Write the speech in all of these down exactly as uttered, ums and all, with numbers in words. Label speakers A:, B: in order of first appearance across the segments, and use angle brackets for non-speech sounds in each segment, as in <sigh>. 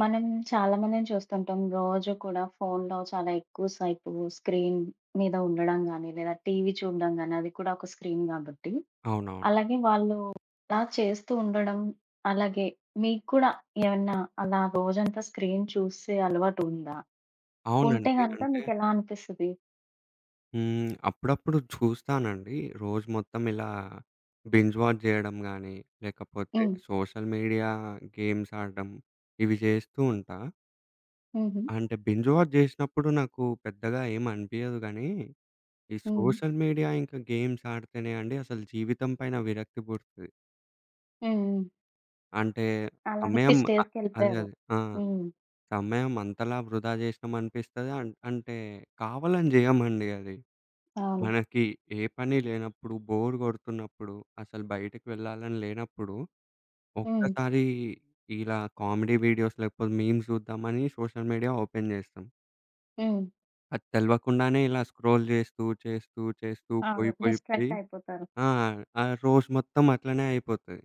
A: మనం చాలా మందిని చూస్తుంటాం. రోజు కూడా ఫోన్‌లో చాలా ఎక్కువ సేపు స్క్రీన్ మీద ఉండడం గానీ, లేదా టీవీ చూడడం గానీ, అది కూడా ఒక స్క్రీన్ గాబట్టి.
B: అవునవును.
A: అలాగే వాళ్ళు అలా చేస్తూ ఉండడం, అలాగే మీకు కూడా ఏమన్నా అలా రోజంతా స్క్రీన్ చూసే అలవాటు ఉందా? ఉంటే
B: అవునండి.
A: గనక
B: అంటే
A: మీకెలా అనిపిస్తది?
B: హ్మ్. అప్పుడప్పుడు చూస్తానండి. రోజు మొత్తం ఇలా బింజ్ వాచ్ జేయడం గానీ, లేకపోతే
A: హ్మ్.
B: సోషల్ మీడియా గేమ్స్ ఆడడం ఇవి జేస్తూ ఉంటా.
A: హుహు. హ్మ్.
B: అంటే బింజ్ వాచ్ జేసినప్పుడు నాకు పెద్దగా ఏం అనిపియదు గానీ, ఈ
A: హ్మ్.
B: సోషల్ మీడియా ఇంకా గేమ్స్ ఆడితేనే అండి అసలు జీవితం పైన విరక్తి పుడుతది.
A: హ్మ్.
B: అంటే
A: అలాంటి
B: సమయం అ అదే.
A: స్టేజ్‌కెళ్ళిపోయారు.
B: అదే. ఆ!
A: హ్మ్.
B: సమయం అంతలా వృధా జేసినామనిపిస్తది. అన్ అంటే కావాలని జేయమండి అది.
A: అవును.
B: మనకి ఏ పని లేనప్పుడు, బోర్ గొడుతున్నప్పుడు, అసలు బయటకి వెళ్ళాలని లేనప్పుడు,
A: హ్మ్.
B: ఒక్కసారి ఇలా కామెడీ వీడియోస్ లేకపోతే మీమ్స్ చూద్దామని సోషల్ మీడియా ఓపెన్ చేస్తాం.
A: హ్మ్.
B: అది తెలవకుండానే ఇలా స్క్రోల్ చేస్తూ, చేస్తూ, చేస్తూ
A: అవును.
B: పోయి, పోయి, పోయి
A: డిస్ట్రాక్ట్ అయిపోతారు.
B: ఆ! ఆ రోజు మొత్తం అట్లనే అయిపోతది.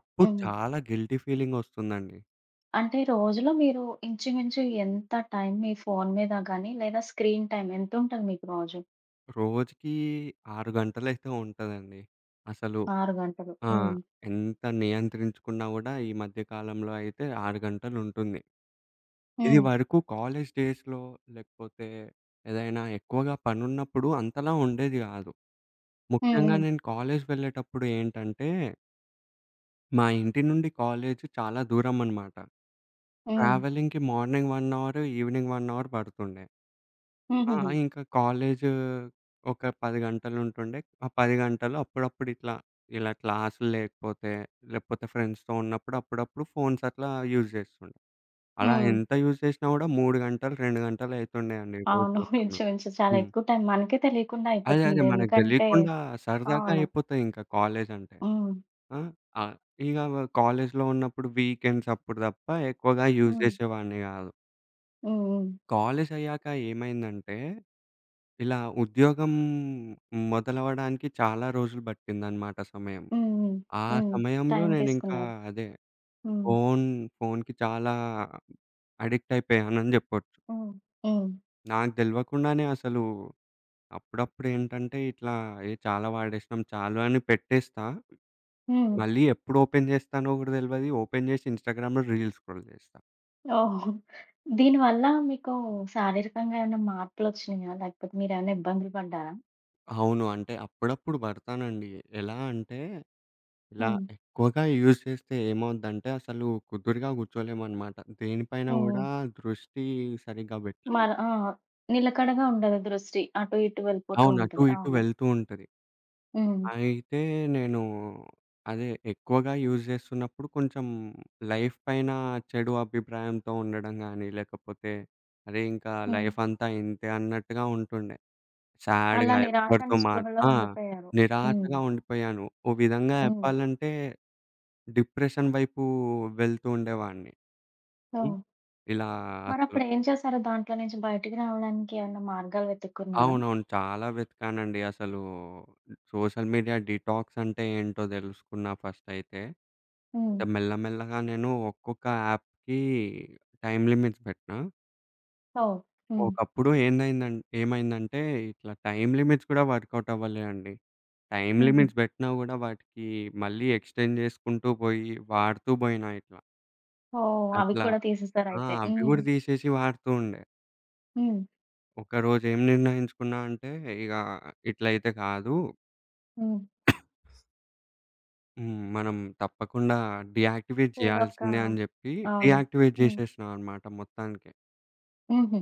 B: అప్పుడు
A: హ్మ్.
B: చాలా గిల్టీ ఫీలింగ్ వస్తుందండి.
A: అంటే రోజులో మీరు ఇంచుమించు ఎంత టైం మీ ఫోను మీద గాని, లేదా స్క్రీన్ టైం ఎంతుంటది మీకు రోజు?
B: రోజుకి ఆరు గంటలైతే ఉంటదండి. అసలు
A: ఆరు గంటలు.
B: ఆ!
A: హ్మ్.
B: ఎంత నియంత్రించుకున్నా గూడా ఈ మధ్య కాలంలో అయితే ఆరు గంటలుంటుంది. ఇది
A: హ్మ్.
B: వరకు కాలేజ్ డేస్‌లో లేకపోతే ఏదైనా ఎక్కువగా పనున్నప్పుడు అంతలా ఉండేది గాదు.
A: హ్మ్.
B: ముఖ్యంగా
A: హ్మ్.
B: నేను కాలేజ్ వెళ్ళేటప్పుడు ఏంటంటే, మా ఇంటి నుండి కాలేజ్ చాలా దూరమనమాట.
A: హ్మ్.
B: ట్రావెలింగ్‌కి మార్నింగ్ ఒక అవర్, ఈవినింగ్ ఒక అవర్ పడుతుండే. ఆ!
A: హుహుహు.
B: ఇంకా కాలేజు ఒక పది గంటలుంటుండే. ఆ పది గంటలు అప్పుడప్పుడు ఇట్లా, ఇలా క్లాసులు లేకపోతే, లేకపోతే ఫ్రెండ్స్‌తో ఉన్నప్పుడు అప్పుడప్పుడు ఫోన్స్ అట్లా యూజ్ జేస్తుండే. అలా
A: హ్మ్.
B: ఎంత యూజ్ చేసినా గూడా మూడు గంటలు, రెండు గంటలు అయితుండే అండి రోజు
A: అవును. <laughs>
B: మొత్తంలో.
A: ఇంచుమించు చాలా
B: హ్మ్.
A: ఎక్కువ టైం మనకే తెలియకుండా
B: అదే. అదే.
A: అయిపోతుంది.
B: మనకు
A: ఎందుకంటే
B: దెలియకుండా సరదాగా
A: అవును.
B: అయిపోతదింక కాలేజంటే.
A: హ్మ్.
B: ఆ! ఆ! ఇగ వ కాలేజీలో ఉన్నప్పుడు వీకెండ్స్ అప్పుడు తప్ప ఎక్కువగా యూజ్
A: హ్మ్.
B: జేసేవాడిని గాదు.
A: హ్మ్. హ్మ్.
B: కాలేజయ్యాక ఏమైందంటే, ఇలా ఉద్యోగం మొదలవ్వడానికి చాలా రోజులు బట్టిందనమాట సమయం.
A: హ్మ్. హ్మ్.
B: ఆ
A: హ్మ్.
B: సమయంలో
A: టైం
B: నేనింకా
A: తీసుకున్నారు.
B: అదే
A: హ్మ్.
B: ఫోను ఫోనుకి చాలా అడిక్ట్ అయిపోయానని జెప్పొచ్చు.
A: హ్మ్. హ్మ్.
B: నాకు దెలవకుండానే అసలు అప్పుడప్పుడేంటంటే ఇట్లా ఏ చాలా వాడేసినాం చాలు అని పెట్టేస్తా.
A: హ్మ్.
B: మళ్ళీ ఎప్పుడు ఓపెన్ జేస్తానో గూడా తెలవది. ఓపెన్ జేసి ఇన్‌స్టాగ్రామ్‌లో రీల్స్ స్క్రోల్ జేస్తా.
A: ఓహో! దీనివల్ల మీకు శారీరకంగా ఏమైనా మార్పులొచ్చినియా? లేకపోతే మీరేమైనా ఇబ్బందులు పడ్డారా?
B: అవును. అంటే అప్పుడప్పుడు పడతానండి. ఎలా అంటే ఇలా
A: హ్మ్.
B: ఎక్కువగా యూజ్ చేస్తే ఏమవుద్దంటే అసలు కుదురుగా కూర్చోలేమనమాట. దేనిపైన
A: హ్మ్.
B: గూడా దృష్టి సరిగ్గా పెట్టలేము.
A: మర ఆ! నిలకడగా ఉండదు దృష్టి. అటు ఇటు వెళ్ళిపోతూ
B: అవును. అటు
A: ఉంటది.
B: ఇటు
A: అవును.
B: వెళ్తూ ఉంటది.
A: హ్మ్.
B: అయితే నేను అదే ఎక్కువగా యూజ్ చేస్తున్నప్పుడు కొంచెం లైఫ్ పైన చెడు అభిప్రాయంతో ఉండడం గానీ, లేకపోతే అరే! ఇంకా
A: హ్మ్.
B: లైఫ్ అంతా ఇంతే అన్నట్టుగా ఉంటుండే.
A: అలా
B: సాడ్‌గా
A: నిరాశ,
B: ఎవ్వరితో మాట్
A: నిస్పృహలో
B: ఆ!
A: ఉండిపోయారు. హ్మ్.
B: నిరాశగా ఉండిపోయాను. ఓ విధంగా
A: హ్మ్.
B: చెప్పాలంటే డిప్రెషన్ వైపు వెళ్తూ ఉండేవాడిని. హ్మ్.
A: ఓహ్!
B: ఇలా అసలు
A: మరప్పుడేం చేశారు? దాంట్లో నుంచి బయటికి రావడానికి ఏమన్నా మార్గాలు వెతుక్కున్నారా?
B: అవునవును. చాలా వెతికానండి. అసలు సోషల్ మీడియా డిటాక్స్ అంటే ఏంటో తెలుసుకున్నా ఫస్టయితే.
A: హ్మ్.
B: ఇంక మెల్లమెల్లగా నేను ఒక్కొక్క యాప్‌కి టైమ్ లిమిట్స్ పెట్టినా.
A: ఓహ్! హ్మ్.
B: ఒకప్పుడు ఏందైందం ఏమైందంటే ఇట్లా టైమ్ లిమిట్స్ కూడా వర్కౌట్ అవ్వలేదండి. టైమ్
A: హుహు.
B: లిమిట్స్ పెట్టినా గూడా వాటికి మళ్ళీ ఎక్స్‌టెండ్ చేసుకుంటూ పోయి వాడుతూ పోయినా ఇట్లా.
A: ఓహ్! అవి
B: అట్లా
A: కూడా
B: ఆ!
A: తీసేసారయితే.
B: అవి
A: హ్మ్.
B: గూడా తీసేసి వాడుతూ ఉండే.
A: హ్మ్.
B: ఒకరోజు ఏం నిర్ణయించుకున్నా అంటే ఇగ ఇట్లయితే కాదు.
A: హ్మ్.
B: హ్మ్. మనం తప్పకుండా డీయాక్టివేట్
A: ఏదో ఒక
B: చేయాల్సిందే అని జెప్పి
A: అవును.
B: డీయాక్టివేట్
A: హ్మ్.
B: చేసేసినా అనమాట మొత్తానికే.
A: హుహు.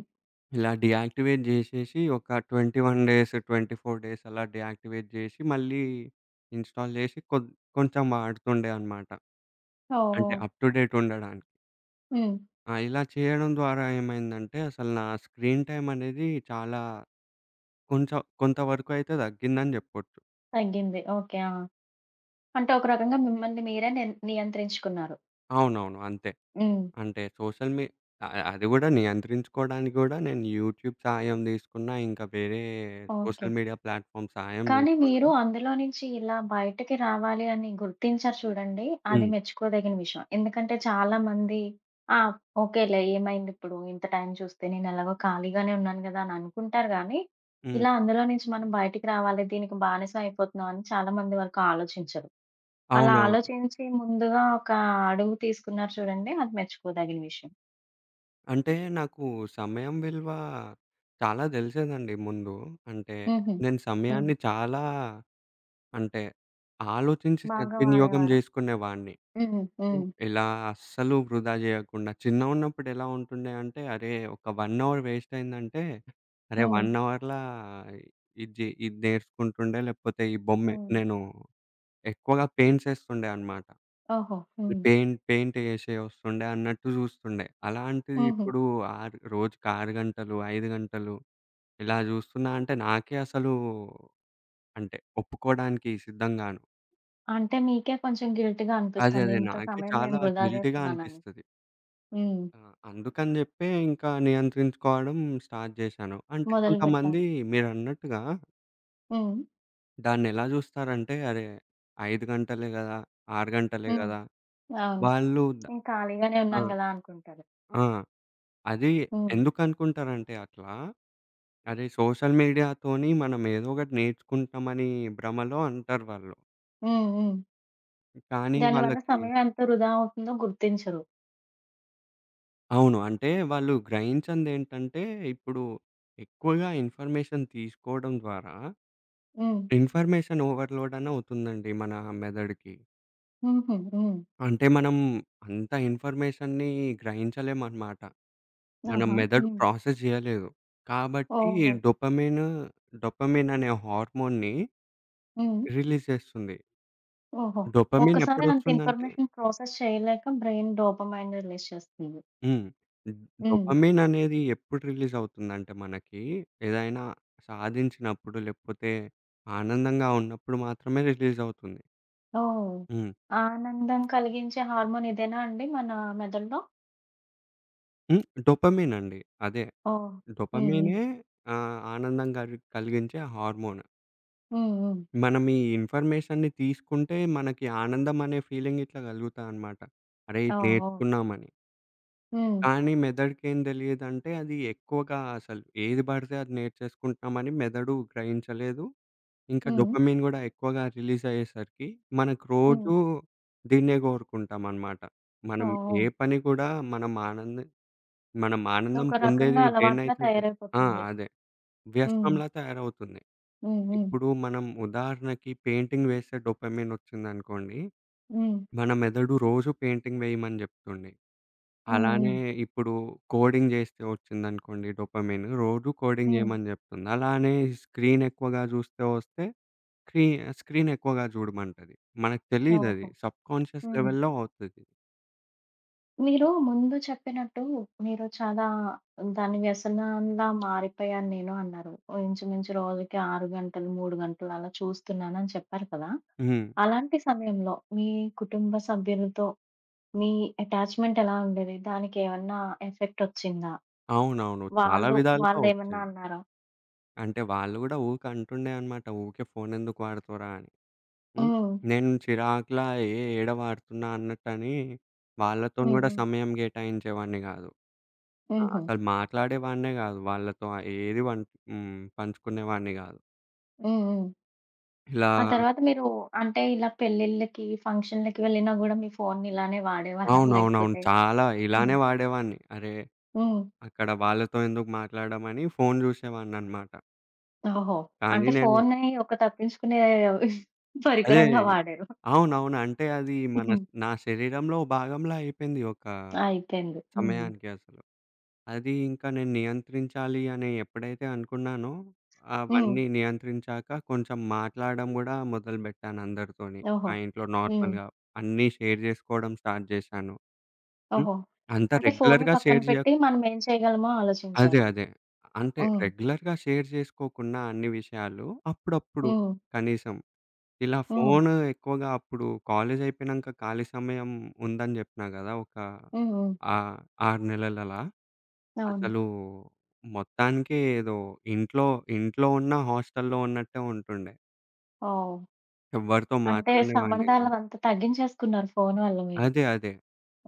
B: ఇలా డీయాక్టివేట్ జేసేసి ఒక ఇరవై ఒక్క డేస్, ఇరవై నాలుగు డేస్ అలా డీయాక్టివేట్ జేసి, మళ్ళీ ఇన్‌స్టాల్ జేసి కొద్ కొంచెం వాడుతుండే అనమాట.
A: ఓహ్!
B: అంటే
A: ఓహ్!
B: అప్ టు డేట్ ఉండడానికి.
A: హ్మ్.
B: ఆ! ఇలా చేయడం ద్వారా ఏమైందంటే, అసలు నా స్క్రీన్ టైమ్ అనేది చాలా కొంచెం కొంతవరకు అయితే తగ్గిందని జెప్పొచ్చు.
A: తగ్గింది. ఓకే. ఆ! అంటే ఒక రకంగా మిమ్మల్ని మీరే నిన్ నియంత్రించుకున్నారు.
B: అవునవును. అంతే.
A: హ్మ్.
B: అంటే సోషల్ మీ అ అది గూడా నియంత్రించుకోవడానికి గూడా నేను యూట్యూబ్ సహాయం తీసుకున్నా, ఇంకా వేరే
A: ఓకే.
B: సోషల్ మీడియా ప్లాట్‌ఫామ్ సహాయం
A: కానీ
B: తీసుకున్నా.
A: మీరు అందులో నుంచి ఇలా బయటకి రావాలి అని గుర్తించారు చూడండి. అది
B: హ్మ్.
A: మెచ్చుకోదగిన విషయం. ఎందుకంటే చాలామంది ఆ! ఓకేలే ఏమైందిప్పుడు ఇంత టైం చూస్తే నేనెలాగో ఖాళీగానే ఉన్నాను గదా! అని అనుకుంటారు గానీ,
B: హ్మ్.
A: ఇలా అందులో నుంచి మనం బయటికి రావాలి, దీనికి బానిసం అయిపోతున్నాం అని చాలామంది వరకు ఆలోచించరు. అలా
B: అవునవును.
A: ఆలోచించి ముందుగా ఒక అడుగు తీసుకున్నారు చూడండి. అది మెచ్చుకోదగిన విషయం.
B: అంటే నాకు సమయం విలువ చాలా తెలిసేదండి ముందు. అంటే
A: హుహు.
B: నేను
A: హ్మ్.
B: సమయాన్ని చాలా అంటే ఆలోచించి
A: బాగా
B: సద్వినియోగం
A: వాడేవారా?
B: జేసుకునేవాడిని.
A: హ్మ్.
B: హ్మ్.
A: హ్మ్.
B: ఇలా అస్సలు వృధా జేయకుండా. చిన్నగున్నప్పుడు ఎలా ఉంటుండే అంటే, అరే! ఒక 1 అవర్ వేస్ట్ అయిందంటే, అరే! ఒక
A: హ్మ్.
B: అవర్‌లా ఇది జే ఇది నేర్చుకుంటుండే లేకపోతే ఈ బొమ్మే
A: హ్మ్.
B: నేను ఎక్కువగా పెయింట్స్ ఏస్తుండే అన్నమాట.
A: ఓహో! హ్మ్.
B: పెయింట్ పెయింట్ ఏషే వస్తుండే అన్నట్టు జూస్తుండే. అలాంటిది
A: హుహు.
B: ఇప్పుడు ఆరు రోజుకి ఆరు గంటలు, ఐదు గంటలు ఇలా జూస్తున్నా అంటే నాకే అసలు అంటే ఒప్పుకోడానికి సిద్ధంగాను.
A: అంటే మీకే కొంచెం గిల్ట్‌గా
B: అదే.
A: అనిపిస్తుంది.
B: అదే.
A: ఇంత
B: నాకే
A: సమయం
B: చాలా
A: నేను వృధా
B: గిల్టీగా
A: జేస్తున్నానని.
B: అనిపిస్తది.
A: హ్మ్.
B: ఆ! అందుకని జెప్పే ఇంకా నియంత్రించుకోవడం స్టార్ట్ జేశాను. అంటే
A: మొదలుపెట్టాం.
B: కొంతమంది మీరన్నట్టుగా
A: హ్మ్.
B: దాన్నెలా జూస్తారంటే, అరే! ఐదు గంటలే గదా! ఆరు గంటలే
A: హ్మ్.
B: గదా!
A: అవును.
B: వాళ్ళు ద
A: నేను ఖాళీగానే
B: ఆ!
A: ఉన్నాను గదా! అనుకుంటారు.
B: ఆ! అది
A: హ్మ్.
B: ఎందుకనుకుంటారంటే అట్లా అదే సోషల్ మీడియాతోని మనం ఏదో ఒకటి నేర్చుకుంటామని భ్రమలో అంటారు వాళ్ళు.
A: హ్మ్. హ్మ్.
B: కానీ
A: దానివల్ల
B: వాళ్ళకి
A: సమయం ఎంత వృధా అవుతుందో గుర్తించరు.
B: అవును. అంటే వాళ్ళు గ్రహించిందేంటంటే, ఇప్పుడు ఎక్కువగా ఇన్ఫర్మేషన్ తీసుకోవడం ద్వారా
A: హ్మ్.
B: ఇన్ఫర్మేషన్ ఓవర్‌లోడ్ అని అవుతుందండి మన మెదడుకి.
A: హుహు. హ్మ్.
B: అంటే మనం అంత ఇన్ఫర్మేషన్‌ని గ్రహించలేమనమాట. మనం
A: ఆహా!
B: మెదడు
A: హ్మ్.
B: ప్రాసెస్ చేయలేదు. కాబట్టి
A: ఓహో!
B: డొపమైన్, డొపమైన్ అనే హార్మోన్‌ని
A: హ్మ్.
B: రిలీజ్ చేస్తుంది.
A: ఓహో!
B: డొపమైన్
A: ఒక్కసారి అంత
B: ఎప్పుడొస్తుందంటే
A: ఇన్ఫర్మేషన్ ప్రాసెస్ చేయలేక బ్రెయిన్ డోపమైన్ రిలీజ్ చేస్తుంది.
B: హ్మ్.
A: హ్మ్.
B: డొపమిన్ అనేది ఎప్పుడు రిలీజ్ అవుతుందంటే మనకి ఏదైనా సాధించినప్పుడు, లేకపోతే ఆనందంగా ఉన్నప్పుడు మాత్రమే రిలీజ్ అవుతుంది.
A: ఓహ్!
B: హ్మ్.
A: ఆనందం కలిగించే హార్మోన్ ఇదేనా అండి మన మెదడులో?
B: హ్మ్. డొపమిన్ అండి. అదే
A: ఓహ్! హ్మ్. హ్మ్.
B: డొపమినే ఆహ్, ఆనందం గల్ కలిగించే హార్మోన్.
A: హ్మ్. హ్మ్.
B: మనం ఈ ఇన్ఫర్మేషన్‌ని తీసుకుంటే మనకి ఆనందం అనే ఫీలింగ్ ఇట్లా కలుగుతాదనమాట. అరే! ఇది
A: ఓహ్! ఓహ్!
B: నేర్చుకున్నామని.
A: హ్మ్.
B: కానీ మెదడుకేం తెలియదంటే అది ఎక్కువగా అసలు ఏది పడితే అది నేర్చేసుకుంటున్నామని మెదడు గ్రహించలేదు. ఇంకా
A: హ్మ్.
B: డోపమైన్ గూడా ఎక్కువగా రిలీజ్ అయ్యేసరికి, మనకు
A: హ్మ్.
B: రోజూ దీన్నే గోరుకుంటామనమాట. మనం
A: ఓహ్!
B: ఏ
A: ఓహ్!
B: పని కూడా మనం ఆనంద మనం ఆనందం
A: ఒక
B: పొందేది
A: రకంగా అలవాట్లా
B: దేన్నైతే జే ఆ!
A: తయారైపోతుంది.
B: అదే.
A: హ్మ్.
B: వ్యసనంలా తయారవుతుంది.
A: హ్మ్. హ్మ్.
B: ఇప్పుడు మనం ఉదాహరణకి పెయింటింగ్ వేస్తే డోపమైన్ ఒచ్చిందనుకోండి,
A: హ్మ్.
B: మన మెదడు రోజు పెయింటింగ్ వేయమని జెప్తుంది.
A: హ్మ్.
B: అలానే
A: హ్మ్.
B: ఇప్పుడు కోడింగ్ జేస్తే ఒచ్చిందనుకోండి డోపమైన్, రోజు కోడింగ్
A: హ్మ్.
B: జేయమని జెప్తుంది. అలానే స్క్రీన్ ఎక్కువగా జూస్తే వస్తే స్క్రీ స్క్రీన్ ఎక్కువగా చూడమంటది. మనకు తెలీదది.
A: ఓహో!
B: సబ్‌కాన్షియస్
A: హ్మ్.
B: లెవెల్‌లో అవుతది.
A: మీరు ముందు చెప్పినట్టు మీరు చాలా దాని వ్యసనంలా మారిపోయాను నేను అన్నారు. ఇంచుమించు రోజుకి ఆరు గంటలు, మూడు గంటలు అలా చూస్తున్నానని చెప్పారు కదా!
B: హ్మ్.
A: అలాంటి సమయంలో మీ కుటుంబ సభ్యులతో మీ అటాచ్‌మెంట్ ఎలా ఉండేది? దానికేమన్నా ఎఫెక్ట్ ఒచ్చిందా?
B: అవునవును. చాలా
A: వాళ్ళు,
B: విధాలుగా
A: వాళ్ళేమన్నా
B: ఒచ్చింది.
A: అన్నారా?
B: అంటే వాళ్ళు గూడా ఊకే అంటుండే అనమాట. "ఊకే ఫోనెందుకు వాడతావురా" అని. హ్మ్.
A: హ్మ్.
B: నేను చిరాకులా ఏ ఏడ వాడుతున్నా అన్నట్టని వాళ్ళతోని
A: హ్మ్.
B: గూడా
A: హ్మ్.
B: సమయం కేటాయించేవాడిని గాదు. ఆ!
A: హుహు.
B: అసలు మాట్లాడేవాడినే గాదు. వాళ్ళతో ఏది వన్ హ్మ్. పంచుకునేవాడిని గాదు.
A: హ్మ్. హ్మ్.
B: ఇలా
A: ఆ తర్వాత మీరు అంటే ఇలా పెళ్ళిళ్ళకి, ఫంక్షన్‌లకి వెళ్ళినా గూడా మీ ఫోన్‌ని ఇలానే వాడేవారా?
B: అవునవునవును.
A: లేకపోతే
B: చాలా
A: హ్మ్.
B: ఇలానే వాడేవాడిని. అరే
A: హ్మ్.
B: అక్కడ వాళ్ళతో ఎందుకు మాట్లాడమని ఫోను జూసేవాడిననమాట.
A: ఓహో!
B: కానీ
A: అంటే
B: నేను
A: ఫోన్‌ని ఒక తప్పించుకునే
B: అదే
A: పరికరంలా వాడారు.
B: అవునవును. అంటే అది మన
A: హ్మ్.
B: నా శరీరంలో భాగంలా అయిపోయింది ఒక
A: అయిపోయింది. హ్మ్.
B: సమయానికి అసలు. అది ఇంకా నేను నియంత్రించాలి అని ఎప్పుడైతే అనుకున్నానో,
A: హ్మ్.
B: అవన్నీ నియంత్రించాక కొంచెం మాట్లాడడం గూడా మొదలుబెట్టాను అందరితోని.
A: ఓహో!
B: మా ఇంట్లో
A: హ్మ్.
B: నార్మల్‌గా అన్నీ షేర్ జేసుకోవడం స్టార్ట్ జేశాను. హ్మ్.
A: ఓహో!
B: అంత
A: అంటే ఫోన్‌ని
B: రెగ్యులర్‌గా
A: పక్కన
B: షేర్ జేయ
A: పెట్టి మనం ఏం చేయగలమో
B: అదే.
A: ఆలోచించారు.
B: అదే. అంటే
A: హ్మ్.
B: రెగ్యులర్‌గా షేర్ చేసుకోకున్నా అన్ని విషయాలు అప్పుడప్పుడు
A: హ్మ్.
B: కనీసం. ఇలా
A: హ్మ్.
B: ఫోను ఎక్కువగా అప్పుడు కాలేజ్ అయిపోయినంక ఖాళీ సమయం ఉందని జెప్పినా గదా! ఒక
A: హ్మ్. హ్మ్.
B: ఆహ్, ఆరు నెలలలా.
A: అవును.
B: అసలు మొత్తానికే ఏదో ఇంట్లో, ఇంట్లో ఉన్న హాస్టల్‌లో ఉన్నట్టే ఉంటుండే.
A: ఓహ్!
B: ఎవ్వరితో
A: అంటే
B: మాట్లాడనేవాడిని గాదు.
A: సంబంధాలవంతా తగ్గించేసుకున్నారు ఫోను వల్ల మీరు.
B: అదే. అదే.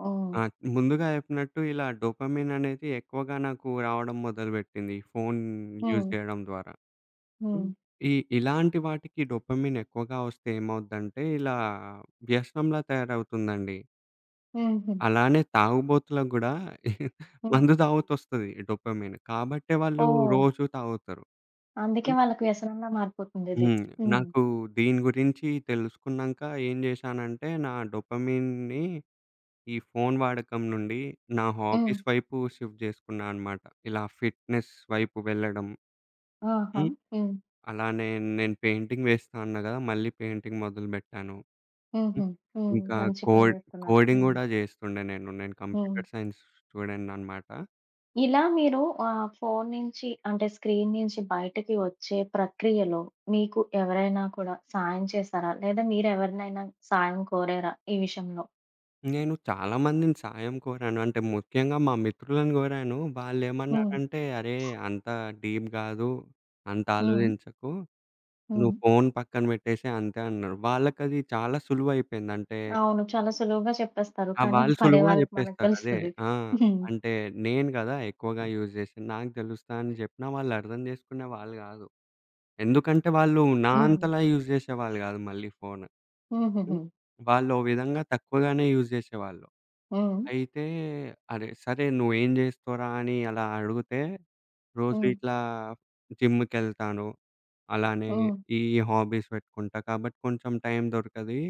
A: హ్మ్.
B: ఆ! ముందుగా జెప్పినట్టు ఇలా డోపమైన్ అనేది ఎక్కువగా నాకు రావడం మొదలుబెట్టింది. ఈ ఫోను యూజ్
A: హ్మ్.
B: జేయడం ద్వారా.
A: హ్మ్.
B: హ్మ్. ఈ ఇలాంటి వాటికి డోపమిన్ ఎక్కువగా వస్తే ఏమవుద్దంటే, ఇలా వ్యసనంలా తయారవుతుందండి.
A: హుహు.
B: అలానే తాగుబోతులకు గూడా
A: హ్మ్.
B: మందు తాగుతొస్తది డోపమిన్. కాబట్టే వాళ్ళు
A: ఓహ్!
B: రోజు తాగుతారు.
A: అందుకే
B: హ్మ్.
A: వాళ్ళకి వ్యసనంలా మారిపోతుందిది.
B: హ్మ్.
A: హ్మ్.
B: నాకు దీని గురించి తెలుసుకున్నాంక ఏం జేశానంటే, నా డోపమిన్‌ని ఈ ఫోను వాడకం నుండి నా
A: హ్మ్.
B: హాబీస్ వైపు షిఫ్ట్ జేసుకున్నా అనమాట. ఇలా ఫిట్‌నెస్ వైపు వెళ్ళడం.
A: ఆహా!
B: హ్మ్.
A: హ్మ్.
B: అలానే నేను పెయింటింగ్ వేస్తా అన్నా గదా! మళ్ళీ పెయింటింగ్ మొదలుబెట్టాను. హ్మ్.
A: హుహు. హ్మ్.
B: ఇంకా
A: మంచి పని
B: కోడ్
A: జేస్తున్నారు.
B: కోడింగ్
A: హ్మ్.
B: గూడా జేస్తుండే నేను. నేను
A: హ్మ్.
B: కంప్యూటర్ సైన్స్ స్టూడెంట్‌ననమాట.
A: ఇలా మీరు ఆహ్, ఫోను నుంచి అంటే స్క్రీన్ నుంచి బయటకి వచ్చే ప్రక్రియలో మీకు ఎవరైనా కూడా సాయం చేసారా? లేదా మీరెవరినైనా సాయం కోరారా ఈ విషయంలో?
B: నేను చాలా మందిని సాయం కోరాను. అంటే ముఖ్యంగా మా మిత్రులను గోరాను.
A: హ్మ్.
B: వాళ్ళేమన్నారంటే, "అరే! అంత డీప్ గాదు. అంత
A: హ్మ్.
B: ఆలోచించకు.
A: హ్మ్.
B: నువ్వు ఫోను పక్కన బెట్టేసేయి అంతే" అన్నారు. వాళ్ళకది చాలా సులువైపోయింది. అంటే
A: అవును. చాలా సులువుగా చెప్పేస్తారు.
B: ఆహ్,
A: కానీ
B: వాళ్ళు
A: పడే
B: సులువుగా
A: వాళ్ళకి మనకు
B: జెప్పేస్తారు. అదే.
A: తెలుస్తది.
B: ఆ!
A: హ్మ్.
B: అంటే నేను గదా ఎక్కువగా యూజ్ జేసింది. నాకు దెలుస్తా అని జెప్పినా వాళ్ళర్థం జేసుకునే వాళ్ళు గాదు. ఎందుకంటే వాళ్ళు నా
A: హ్మ్.
B: అంతలా యూజ్ జేసేవాళ్ళు గాదు మళ్ళీ ఫోన్.
A: హుహుహు.
B: హ్మ్. వాళ్ళు ఓ విధంగా తక్కువగానే యూజ్ జేసేవాళ్ళు.
A: హ్మ్.
B: అయితే అరే! సరే నువ్వేం జేస్తావురా అని అలా అడిగితే, రోజు
A: హ్మ్.
B: ఇట్లా జిమ్‌కెళ్తాను. అలానే
A: హ్మ్.
B: ఈ హాబీస్ పెట్టుకుంటా. కాబట్టి కొంచెం టైం దొరకది.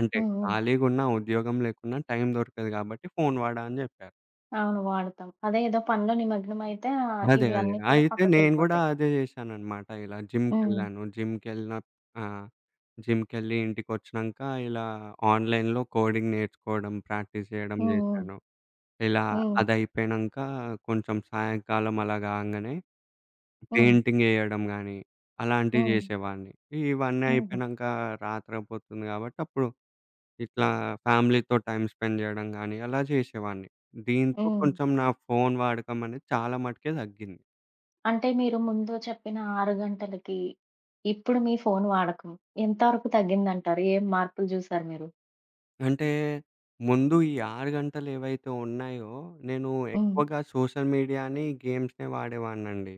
B: అంటే
A: హ్మ్. హ్మ్.
B: ఖాళీగున్నా, ఉద్యోగం లేకున్నా టైం దొరకదు గాబట్టి ఫోన్ వాడా అని జెప్పా.
A: అవును. వాడతాం. అదే ఏదో పనిలో నిమగ్నమైతే ఆహ్,
B: అదే.
A: ఇవి
B: అదే.
A: అన్నీ కూడా
B: అయితే నేను గూడా
A: పక్కకెళ్ళిపోతాయి.
B: అదే జేశాననమాట. ఇలా
A: హ్మ్.
B: జిమ్‌కెళ్ళాను. జిమ్‌కెళ్ళిన ఆ! జిమ్‌కెళ్ళి ఇంటికొచ్చినంక ఇలా ఆన్‌లైన్‌లో కోడింగ్ నేర్చుకోవడం, ప్రాక్టీస్ జేయడం
A: హ్మ్. హ్మ్.
B: జేశాను. ఇలా
A: హ్మ్.
B: అదయిపోయినంక కొంచెం సాయంకాలం అలా గాంగనే
A: హ్మ్.
B: పెయింటింగ్ ఎయడం గానీ, అలాంటివి
A: హ్మ్.
B: జేసేవాడిని. ఇవన్నీ
A: హుహు.
B: అయిపోయినంక రాత్రయిపోతుంది గాబట్టి అప్పుడు ఇట్లా ఫ్యామిలీతో టైమ్ స్పెండ్ జేయడం గానీ, అలా జేసేవాడిని. దీంతో
A: హ్మ్.
B: కొంచెం నా ఫోను వాడకం అనేది చాలా మటుకే తగ్గింది.
A: అంటే మీరు ముందు చెప్పిన ఆరు గంటలకి, ఇప్పుడు మీ ఫోను వాడకం ఎంతవరకు తగ్గిందంటారు? ఏం మార్పులు జూసారు మీరు?
B: అంటే, ముందు ఈ ఆరు గంటలేవైతే ఉన్నాయో, నేను
A: హ్మ్.
B: ఎక్కువగా సోషల్ మీడియాని, గేమ్స్‌నే వాడేవాడినండి.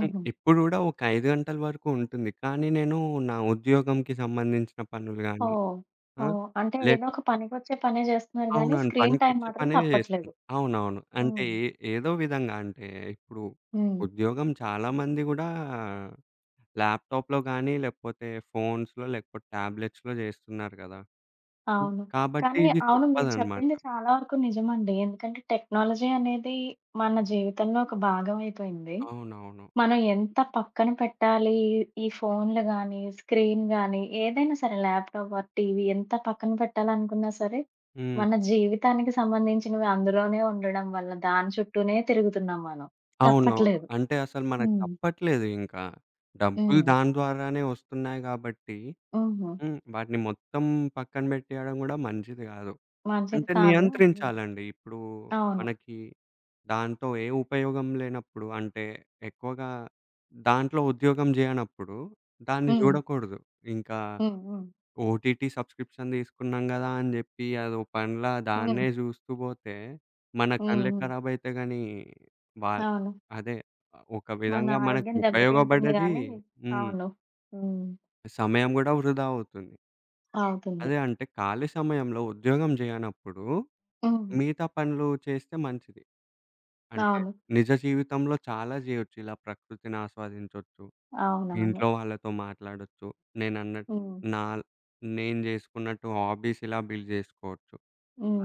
B: హ్మ్. ఇప్పుడు గూడా ఒక ఐదు గంటల వరకు ఉంటుంది. కానీ నేను నా ఉద్యోగంకి సంబంధించిన పనులు గానీ
A: ఓహ్!
B: ఆ!
A: ఓహ్! అంటే
B: లేక
A: ఏదో ఒక పనికొచ్చే పనే జేస్తున్నారు గానీ,
B: అవునండి.
A: స్క్రీన్ టైమ్
B: పనికొచ్చే
A: మాత్రం
B: పనే
A: తప్పట్లేదు.
B: జేస్తున్నా. అవునవును. అంటే
A: హ్మ్.
B: ఏ ఏదో విధంగా అంటే, ఇప్పుడు
A: హ్మ్.
B: ఉద్యోగం చాలామంది గూడా ల్యాప్‌టాప్‌లో గానీ, లేకపోతే ఫోన్స్‌లో, లేకపోతే టాబ్లెట్స్‌లో జేస్తున్నారు గదా! హ్మ్.
A: అవును.
B: కాబట్టి
A: కానీ
B: ఇది
A: అవును మీరు
B: తప్పదనమాట.
A: చెప్పింది చాలా వరకు నిజమండి. ఎందుకంటే టెక్నాలజీ అనేది మన జీవితంలో ఒక భాగం అయిపోయింది.
B: అవునవును.
A: మనం ఎంత పక్కన పెట్టాలి ఈ ఫోన్‌లు గానీ, స్క్రీన్ గానీ ఏదైనా సరే ల్యాప్‌టాప్ ఆర్ టీవీ ఎంత పక్కన పెట్టాలనుకున్నా సరే,
B: హ్మ్.
A: మన జీవితానికి సంబంధించినవి అందులోనే ఉండడం వల్ల దాని చుట్టూనే తిరుగుతున్నాం మనం.
B: అవునవును.
A: తప్పట్లేదు.
B: అంటే అసలు మనకు
A: హ్మ్.
B: తప్పట్లేదు ఇంకా. డబ్బులు
A: హ్మ్.
B: దాని ద్వారానే వస్తున్నాయి గాబట్టి
A: హుహు.
B: హ్మ్. వాటిని మొత్తం పక్కన బెట్టేయడం గూడా మంచిది గాదు.
A: మంచిది
B: అంటే
A: కాదు. హ్మ్.
B: నియంత్రించాలండి. ఇప్పుడు
A: అవును.
B: మనకి దాంతో ఏ ఉపయోగం లేనప్పుడు అంటే ఎక్కువగా దాంట్లో ఉద్యోగం జేయనప్పుడు దాన్ని
A: హ్మ్.
B: జూడకూడదు. ఇంకా
A: హ్మ్. హ్మ్.
B: ఓటీటీ సబ్స్క్రిప్షన్ తీసుకున్నాం గదా! అని జెప్పి అదో పనిలా
A: హ్మ్.
B: దాన్నే జూస్తూ బోతే మన
A: హ్మ్.
B: కళ్ళే
A: హ్మ్.
B: ఖరాబయితాయి గానీ, వాల్
A: అవును.
B: అదే ఒక
A: మన
B: విధంగా మనకు
A: ఆరోగ్యం దెబ్బతింటుంది
B: ఉపయోగపడేది
A: గానీ
B: హ్మ్.
A: అవును. హ్మ్.
B: సమయం గూడా వృధా అవుతుంది.
A: అవుతుంది.
B: అదే అంటే ఖాళీ సమయంలో ఉద్యోగం జేయనప్పుడు
A: హ్మ్.
B: మిగతా పనులు చేస్తే మంచిది. అంటే
A: అవును.
B: నిజ జీవితంలో చాలా జేయొచ్చు. ఇలా ప్రకృతిని ఆస్వాదించొచ్చు.
A: అవునవును.
B: ఇంట్లో వాళ్ళతో మాట్లాడొచ్చు. నేనన్నట్టు
A: హ్మ్.
B: నా నేను జేసుకున్నట్టు హాబీస్ ఇలా బిల్డ్ జేసుకోవచ్చు.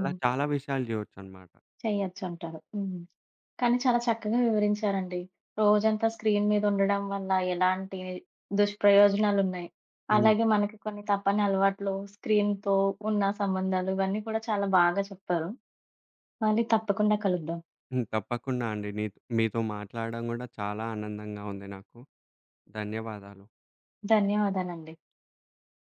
B: అలా చాలా విషయాలు జేయొచ్చనమాట.
A: చెయ్యొచ్చంటారు. హ్మ్. కానీ చాలా చక్కగా వివరించారండి. రోజంతా స్క్రీన్ మీదుండడం వల్ల ఎలాంటి దుష్ప్రయోజనాలున్నాయి,
B: హ్మ్.
A: అలాగే మనకి కొన్ని తప్పని అలవాట్లు, స్క్రీన్‌తో ఉన్న సంబంధాలు ఇవన్నీ కూడా చాలా బాగా చెప్పారు. మళ్ళీ తప్పకుండా కలుద్దాం.
B: హ్మ్. తప్పకుండా అండి. నీత్ మీతో మాట్లాడడం గూడా చాలా ఆనందంగా ఉంది నాకు. ధన్యవాదాలు.
A: ధన్యవాదాలండి.